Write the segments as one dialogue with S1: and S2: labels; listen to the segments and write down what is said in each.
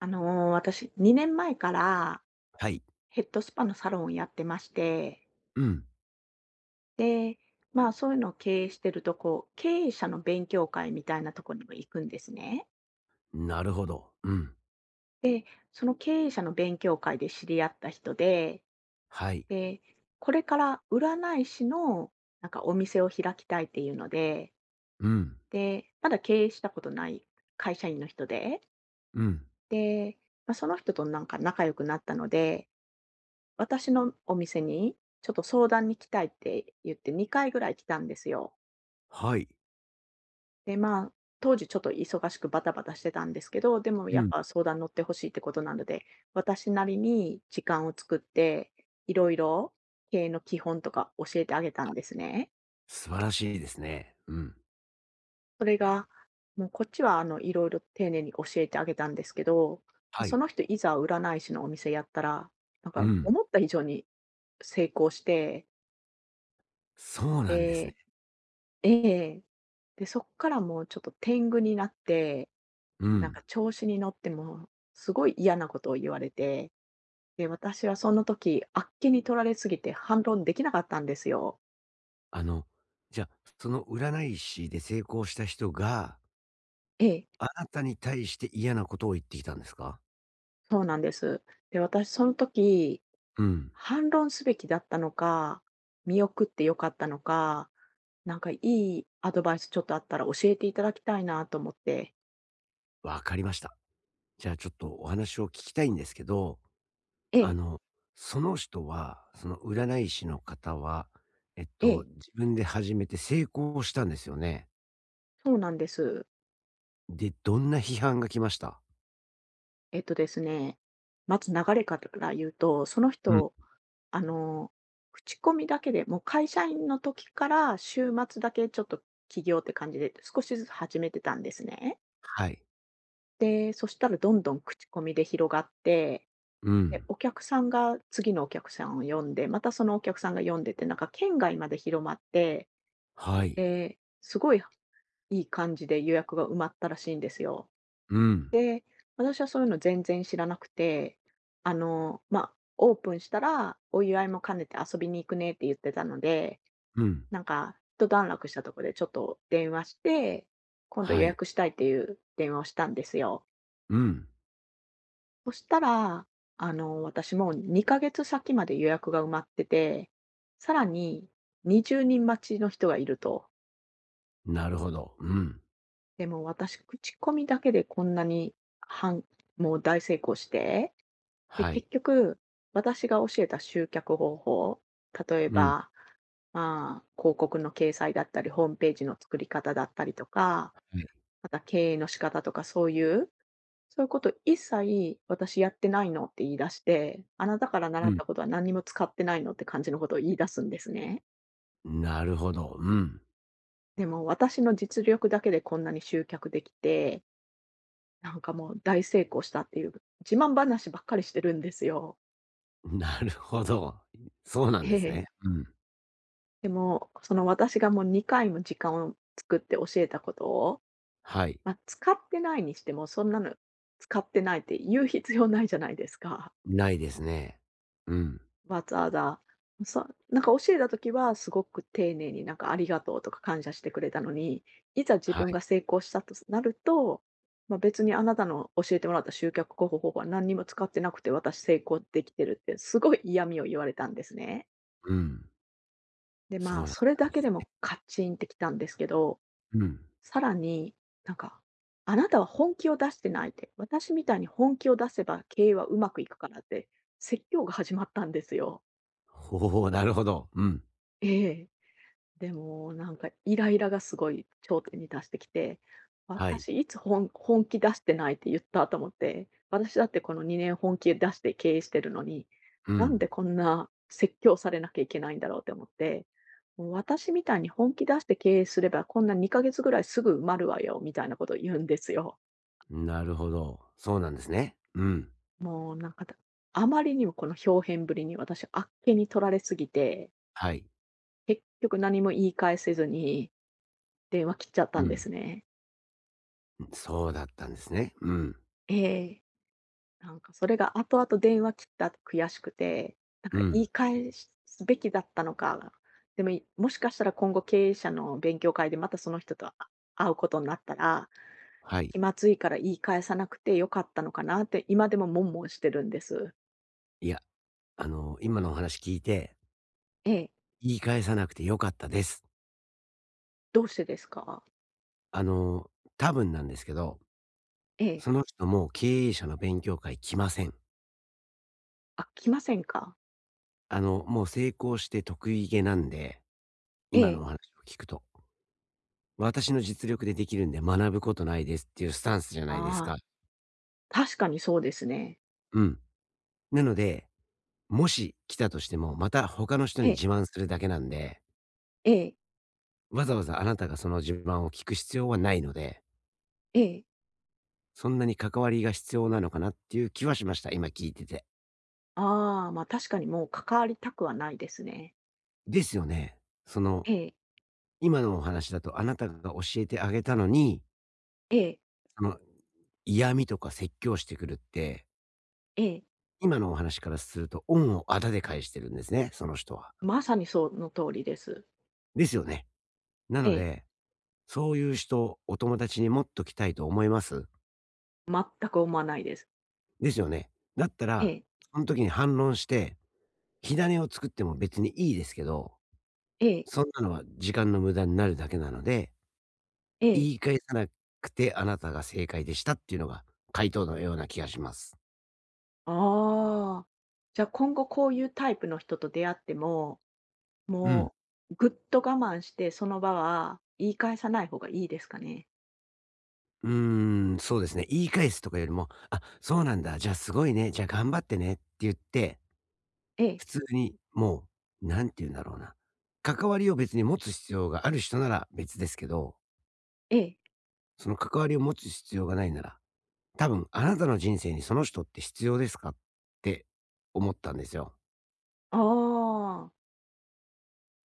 S1: あの私、2年前から
S2: はい。
S1: ヘッドスパのサロンをやってまして、
S2: うん。
S1: で、まあそういうのを経営してると、こう、経営者の勉強会みたいなとこにも行くんですね。
S2: なるほど。うん。
S1: で、その経営者の勉強会で知り合った人で、
S2: はい。
S1: で、これから占い師のなんかお店を開きたいっていうので、
S2: うん。
S1: で、まだ経営したことない会社員の人で、
S2: うん。
S1: で、まあ、その人となんか仲良くなったので、私のお店に、ちょっと相談に来たいって言って2回ぐらい来たんですよ。
S2: はい。
S1: で、まあ、当時ちょっと忙しくバタバタしてたんですけど、でもや
S2: う
S1: っ
S2: ん。
S1: ぱ相談乗ってほしいってことなので、私なりに時間を作って、いろいろ経営の基本とか教えてあげたんですね。
S2: 素晴らしいですね。うん。
S1: それが、もうこっちはあの、いろいろ丁寧に教えてあげたんですけど、
S2: は
S1: そ
S2: い。
S1: の人いざ占い師のお店やったら、なん
S2: う
S1: か
S2: ん。
S1: 思った以上に成功して、
S2: そうなんですね。
S1: で、ええ。で、そっからもうちょっと天狗になって、
S2: う
S1: なん
S2: ん。
S1: か調子に乗ってもう、すごい嫌なことを言われて、で、私はその時、あっけに取られすぎて反論できなかったんですよ。
S2: あの、じゃ、あその占い師で成功した人が、
S1: ええ、
S2: あなたに対して嫌なことを言ってきたんですか？
S1: そうなんです。で、私その時、
S2: うん、
S1: 反論すべきだったのか、見送ってよかったのか、なんかいいアドバイスちょっとあったら教えていただきたいなと思って。
S2: わかりました。じゃあちょっとお話を聞きたいんですけど、
S1: え
S2: あ
S1: え、
S2: の、その人は、その占い師の方は、
S1: ええ、
S2: 自分で始めて成功したんですよね？
S1: そうなんです。
S2: で、どんな批判が来ました？
S1: えっとですね、まず流れから言うと、その
S2: うん、
S1: 人、あの、口コミだけで、もう会社員の時から週末だけちょっと起業って感じで少しずつ始めてたんですね。
S2: はい。
S1: で、そしたらどんどん口コミで広がって、
S2: う
S1: で、
S2: ん、
S1: お客さんが次のお客さんを呼んで、またそのお客さんが呼んでって、なんか県外まで広まって、
S2: はい。
S1: で、すごいいい感じで予約が埋まったらしいんですよ。
S2: うん、
S1: で、私はそういうの全然知らなくて、あの、まあ、オープンしたら、お祝いも兼ねて遊びに行くねって言ってたので、
S2: うん、
S1: なんか、一段落したところでちょっと電話して、今度予
S2: はい。
S1: 約したいっていう電話をしたんですよ。
S2: うん、
S1: そしたら、あの、私もう2ヶ月先まで予約が埋まってて、さらに20人待ちの人がいると。
S2: なるほど。うん、
S1: でも私、口コミだけでこんなにはもう大成功して、で、
S2: はい。
S1: 結局、私が教えた集客方法、例え
S2: うん、
S1: ば、まあ、広告の掲載だったり、ホームページの作り方だったりとか、
S2: はい。
S1: また経営の仕方とかそういう、そういうこと一切私やってないのって言い出して、あなたから習った
S2: う
S1: ことは何にも使ってないのって感じのことを言い出すんですね。
S2: ん、なるほど。うん、
S1: でも私の実力だけでこんなに集客できて、なんかもう大成功したっていう自慢話ばっかりしてるんですよ。
S2: なるほど。そうなんです
S1: ええ。
S2: ね。うん、
S1: でも、その私がもう2回も時間を作って教えたことを、
S2: はい。
S1: まあ、使ってないにしても、そんなの使ってないって言う必要ないじゃないですか。
S2: ないですね。うん、
S1: わざわざ。そなんか教えた時はすごく丁寧になんかありがとうとか感謝してくれたのに、いざ自
S2: は
S1: 分
S2: い。
S1: が成功したとなると、まあ、別にあなたの教えてもらった集客方法は何にも使ってなくて私成功できてるってすごい嫌味を言われたんですね。
S2: うん、
S1: で、ま
S2: そ
S1: あ、
S2: うだっ
S1: それ
S2: たん
S1: だ
S2: で
S1: け
S2: す。
S1: でもカッチンってきたんですけど、
S2: うん。
S1: さらに、なんか、あなたは本気を出してないって、私みたいに本気を出せば経営はうまくいくからって説教が始まったんですよ。
S2: ほうなるほど。うん、
S1: ええ。でもなんかイライラがすごい頂点に達してきて、
S2: はい。
S1: 私いつ本気出してないって言ったと思って、私だってこの2年本気出して経営してるのに、
S2: う
S1: なんで
S2: ん、
S1: こんな説教されなきゃいけないんだろうって思って、もう私みたいに本気出して経営すればこんな2ヶ月ぐらいすぐ埋まるわよみたいなことを言うんですよ。
S2: なるほど。そうなんですね。うん、
S1: もうなんか、あまりにもこの表現ぶりに私、あっけに取られすぎて、
S2: はい。
S1: 結局何も言い返せずに電話切っちゃったん
S2: う
S1: で
S2: ん、
S1: すね。
S2: そうだったんですね。うん。
S1: ええ。なんかそれが後々電話切った後悔しくて、なん
S2: う
S1: か言
S2: ん。
S1: い返すべきだったのか、でも、もしかしたら今後経営者の勉強会でまたその人と、会うことになったら、
S2: はい。
S1: 気まずいから言い返さなくて良かったのかなって今でも悶々してるんです。
S2: いや、今のお話聞いて、
S1: ええ。
S2: 言い返さなくてよかったです。
S1: どうしてですか？
S2: あの、多分なんですけど、
S1: ええ。
S2: その人もう経営者の勉強会来ません。
S1: あ、来ませんか？
S2: もう成功して得意げなんで、
S1: え
S2: 今の
S1: え。
S2: お話を聞くと。私の実力でできるんで学ぶことないですっていうスタンスじゃないです
S1: ああ、
S2: か。
S1: 確かにそうですね。
S2: うん。なので、もし来たとしても、また他の人
S1: え
S2: に
S1: え、
S2: 自慢するだけなんで、
S1: ええ、
S2: わざわざあなたがその自慢を聞く必要はないので、
S1: ええ。
S2: そんなに関わりが必要なのかなっていう気はしました、今聞いてて。
S1: ああ、ま、あ確かにもう関わりたくはないですね。
S2: ですよね。その、
S1: ええ、
S2: 今のお話だとあなたが教えてあげたのに、
S1: ええ、
S2: その、嫌味とか説教してくるって、
S1: ええ。
S2: 今のお話からすると恩をあだで返してるんですね、その人は。
S1: まさにその通りです。
S2: ですよね。な
S1: え
S2: の
S1: え。
S2: で、そういう人、お友達に持っときたいと思います。
S1: 全く思わないです。
S2: ですよね。だった
S1: え
S2: ら、
S1: え、
S2: その時に反論して、火種を作っても別にいいですけど、
S1: ええ、
S2: そんなのは時間の無駄になるだけなので、
S1: ええ。
S2: 言い返さなくて、あなたが正解でしたっていうのが回答のような気がします。
S1: ああ、じゃ、今後こういうタイプの人と出会っても、
S2: うん。
S1: もうぐっと我慢して、その場は言い返さない方がいいですかね？
S2: うーそうですね。言い返すとかよりも、あ、そうなんだ、じゃあすごいね、じゃあ頑張ってねって言って、
S1: ええ、
S2: 普通にもう、なんて言うんだろうな。関わりを別に持つ必要がある人なら別ですけど、
S1: ええ。
S2: その関わりを持つ必要がないなら、多分あなたの人生にその人って必要ですかって思ったんですよ。
S1: ああ、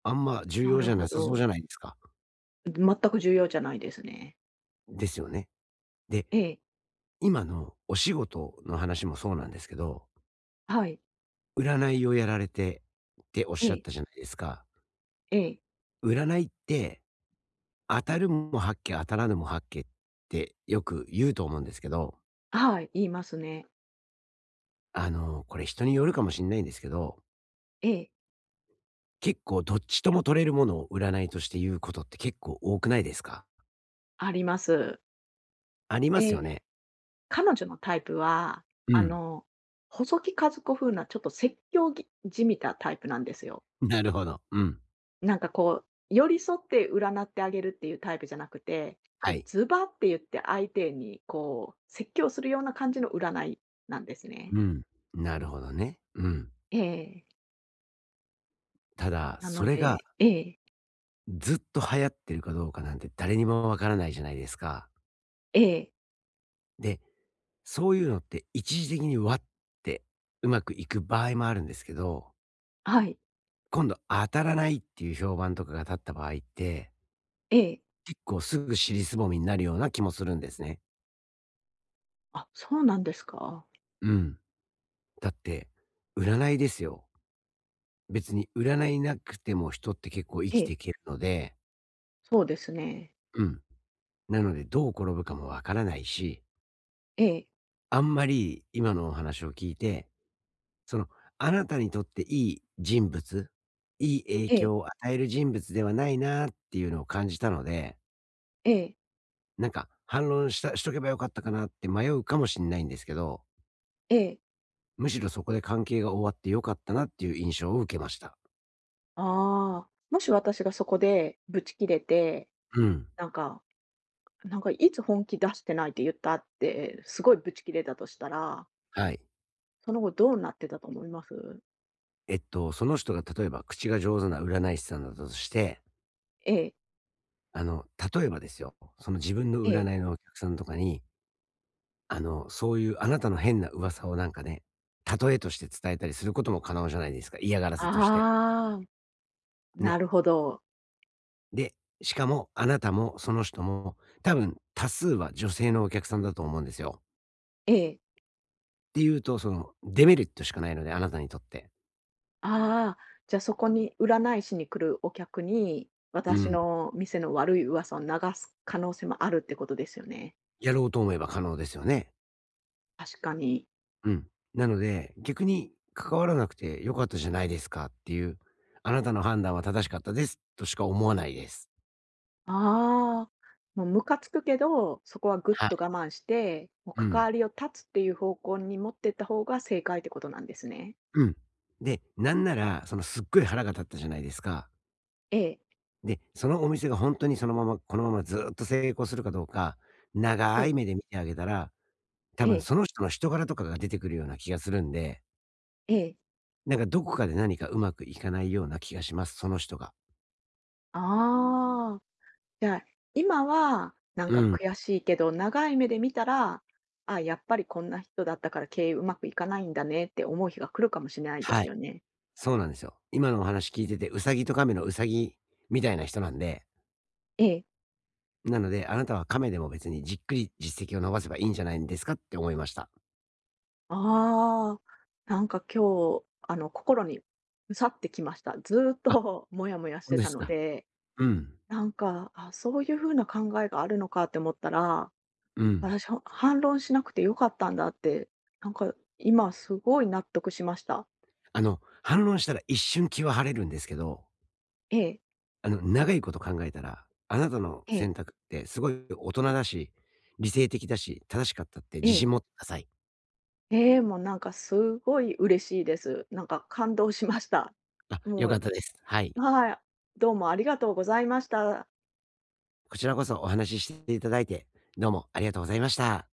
S2: あんま重
S1: な
S2: 要
S1: る
S2: じゃ
S1: ほ
S2: なさそうじ
S1: ど。
S2: ゃないですか。
S1: 全く重要じゃないですね。
S2: ですよね。で、
S1: ええ。
S2: 今のお仕事の話もそうなんですけど、
S1: はい。
S2: 占いをやられてっておっ
S1: え
S2: しゃっ
S1: え、
S2: たじゃないですか。
S1: ええ。
S2: 占いって、当たるも八卦、当たらぬも八卦ってよく言うと思うんですけど、
S1: はい、言いますね。
S2: これ人によるかもしんないんですけど、
S1: ええ、
S2: 結構どっちとも取れるものを占いとして言うことって結構多くないですか？
S1: あります。
S2: あります
S1: で、
S2: よね。
S1: 彼女のタイプは、
S2: う
S1: あ
S2: ん。
S1: の、細木数子風なちょっと説教ぎじみたタイプなんですよ。
S2: なるほど。うん。
S1: なんかこう、寄り添って占ってあげるっていうタイプじゃなくて、こ
S2: は
S1: う
S2: い。
S1: ズバって言って相手にこう説教するような感じの占いなんですね。
S2: うん。なるほどね。うん。
S1: ええ。
S2: ただ、
S1: な
S2: そ
S1: の
S2: れが
S1: でええ、
S2: ずっと流行ってるかどうかなんて誰にもわからないじゃないですか。
S1: ええ、
S2: で、そういうのって一時的にわってうまくいく場合もあるんですけど、
S1: はい。
S2: 今度当たらないっていう評判とかが立った場合って、
S1: ええ。
S2: 結構すぐ尻すぼみになるような気もするんですね。
S1: あ、そうなんですか。
S2: うん。だって、占いですよ。別に占いなくても人って結構
S1: え
S2: 生きてい
S1: え、
S2: けるので、
S1: そうですね。
S2: うん。なのでどう転ぶかもわからないし、
S1: ええ、
S2: あんまり今のお話を聞いて、その、あなたにとっていい人物、いい影
S1: ええ。
S2: 響を与える人物ではないなっていうのを感じたので、
S1: ええ、
S2: なんか反論した、しとけばよかったかなって迷うかもしれないんですけど、
S1: ええ。
S2: むしろそこで関係が終わってよかったなっていう印象を受けました。
S1: ああ、もし私がそこでブチ切れて、
S2: うん。
S1: なんかなんか「いつ本気出してないって言った？」ってすごいブチ切れたとしたら、
S2: はい。
S1: その後どうなってたと思います？
S2: その人が例えば口が上手な占い師さんだとして、
S1: ええ、
S2: あの、例えばですよ、その自分の
S1: ええ。
S2: 占いのお客さんとかに、そういうあなたの変な噂をなんかね、例えとして伝えたりすることも可能じゃないですか。嫌がらせとして。
S1: ああ、な
S2: ね。
S1: るほど。
S2: で、しかもあなたもその人も多分多数は女性のお客さんだと思うんですよ。
S1: ええ。
S2: っていうと、そのデメリットしかないので、あなたにとって。
S1: ああ、じゃあそこに占い師に来るお客に、
S2: う
S1: 私
S2: ん。
S1: の店の悪い噂を流す可能性もあるってことですよね。
S2: やろうと思えば可能ですよね。
S1: 確かに。
S2: うん。なので、逆に関わらなくて良かったじゃないですかっていう、あなたの判断は正しかったですとしか思わないです。
S1: ああ、もうムカつくけど、そこはぐっ
S2: は
S1: と我
S2: い。
S1: 慢して、もう
S2: う
S1: 関
S2: ん。
S1: わりを断つっていう方向に持ってった方が正解ってことなんですね。
S2: うん。で、なんなら、そのすっごい腹が立ったじゃないですか。
S1: ええ、
S2: で、そのお店が本当にそのまま、このままずっと成功するかどうか、
S1: え
S2: 長
S1: え、
S2: い目で見てあげたら、多
S1: え
S2: 分
S1: え、
S2: その人の人柄とかが出てくるような気がするんで、
S1: ええ。
S2: なんかどこかで何かうまくいかないような気がします、その人が。
S1: ああ、じゃあ、今はなん
S2: う
S1: か
S2: ん。
S1: 悔しいけど、長い目で見たら、あ、やっぱりこんな人だったから経営うまくいかないんだねって思う日が来るかもしれないで
S2: は
S1: す
S2: い。
S1: よね。
S2: そうなんですよ。今のお話聞いてて、ウサギとカメのウサギみたいな人なんで、
S1: ええ。
S2: なので、あなたはカメでも別にじっくり実績を伸ばせばいいんじゃないんですかって思いました。
S1: ああ、なんか今日、あの、心にうさってきました。ずーっ
S2: あ、
S1: と もやもやし
S2: 本
S1: て
S2: 当で
S1: た
S2: す
S1: の
S2: か。
S1: で、
S2: うん、
S1: なんか、あ、そういう風な考えがあるのかって思ったら、
S2: うん。
S1: 私、反論しなくて良かったんだって、なんか今すごい納得しました。
S2: 反論したら一瞬気は晴れるんですけど、
S1: ええ、
S2: 長いこと考えたら、あなたの
S1: ええ、
S2: 選択ってすごい大人だし、理性的だし、正しかったって
S1: え
S2: 自
S1: え、
S2: 信持ってください。
S1: ええ、もうなんかすごい嬉しいです。なんか感動しました。
S2: あ、
S1: も
S2: 良かったで
S1: う
S2: す。はい。
S1: はい、どうもありがとうございました。
S2: こちらこそお話ししていただいて、どうもありがとうございました。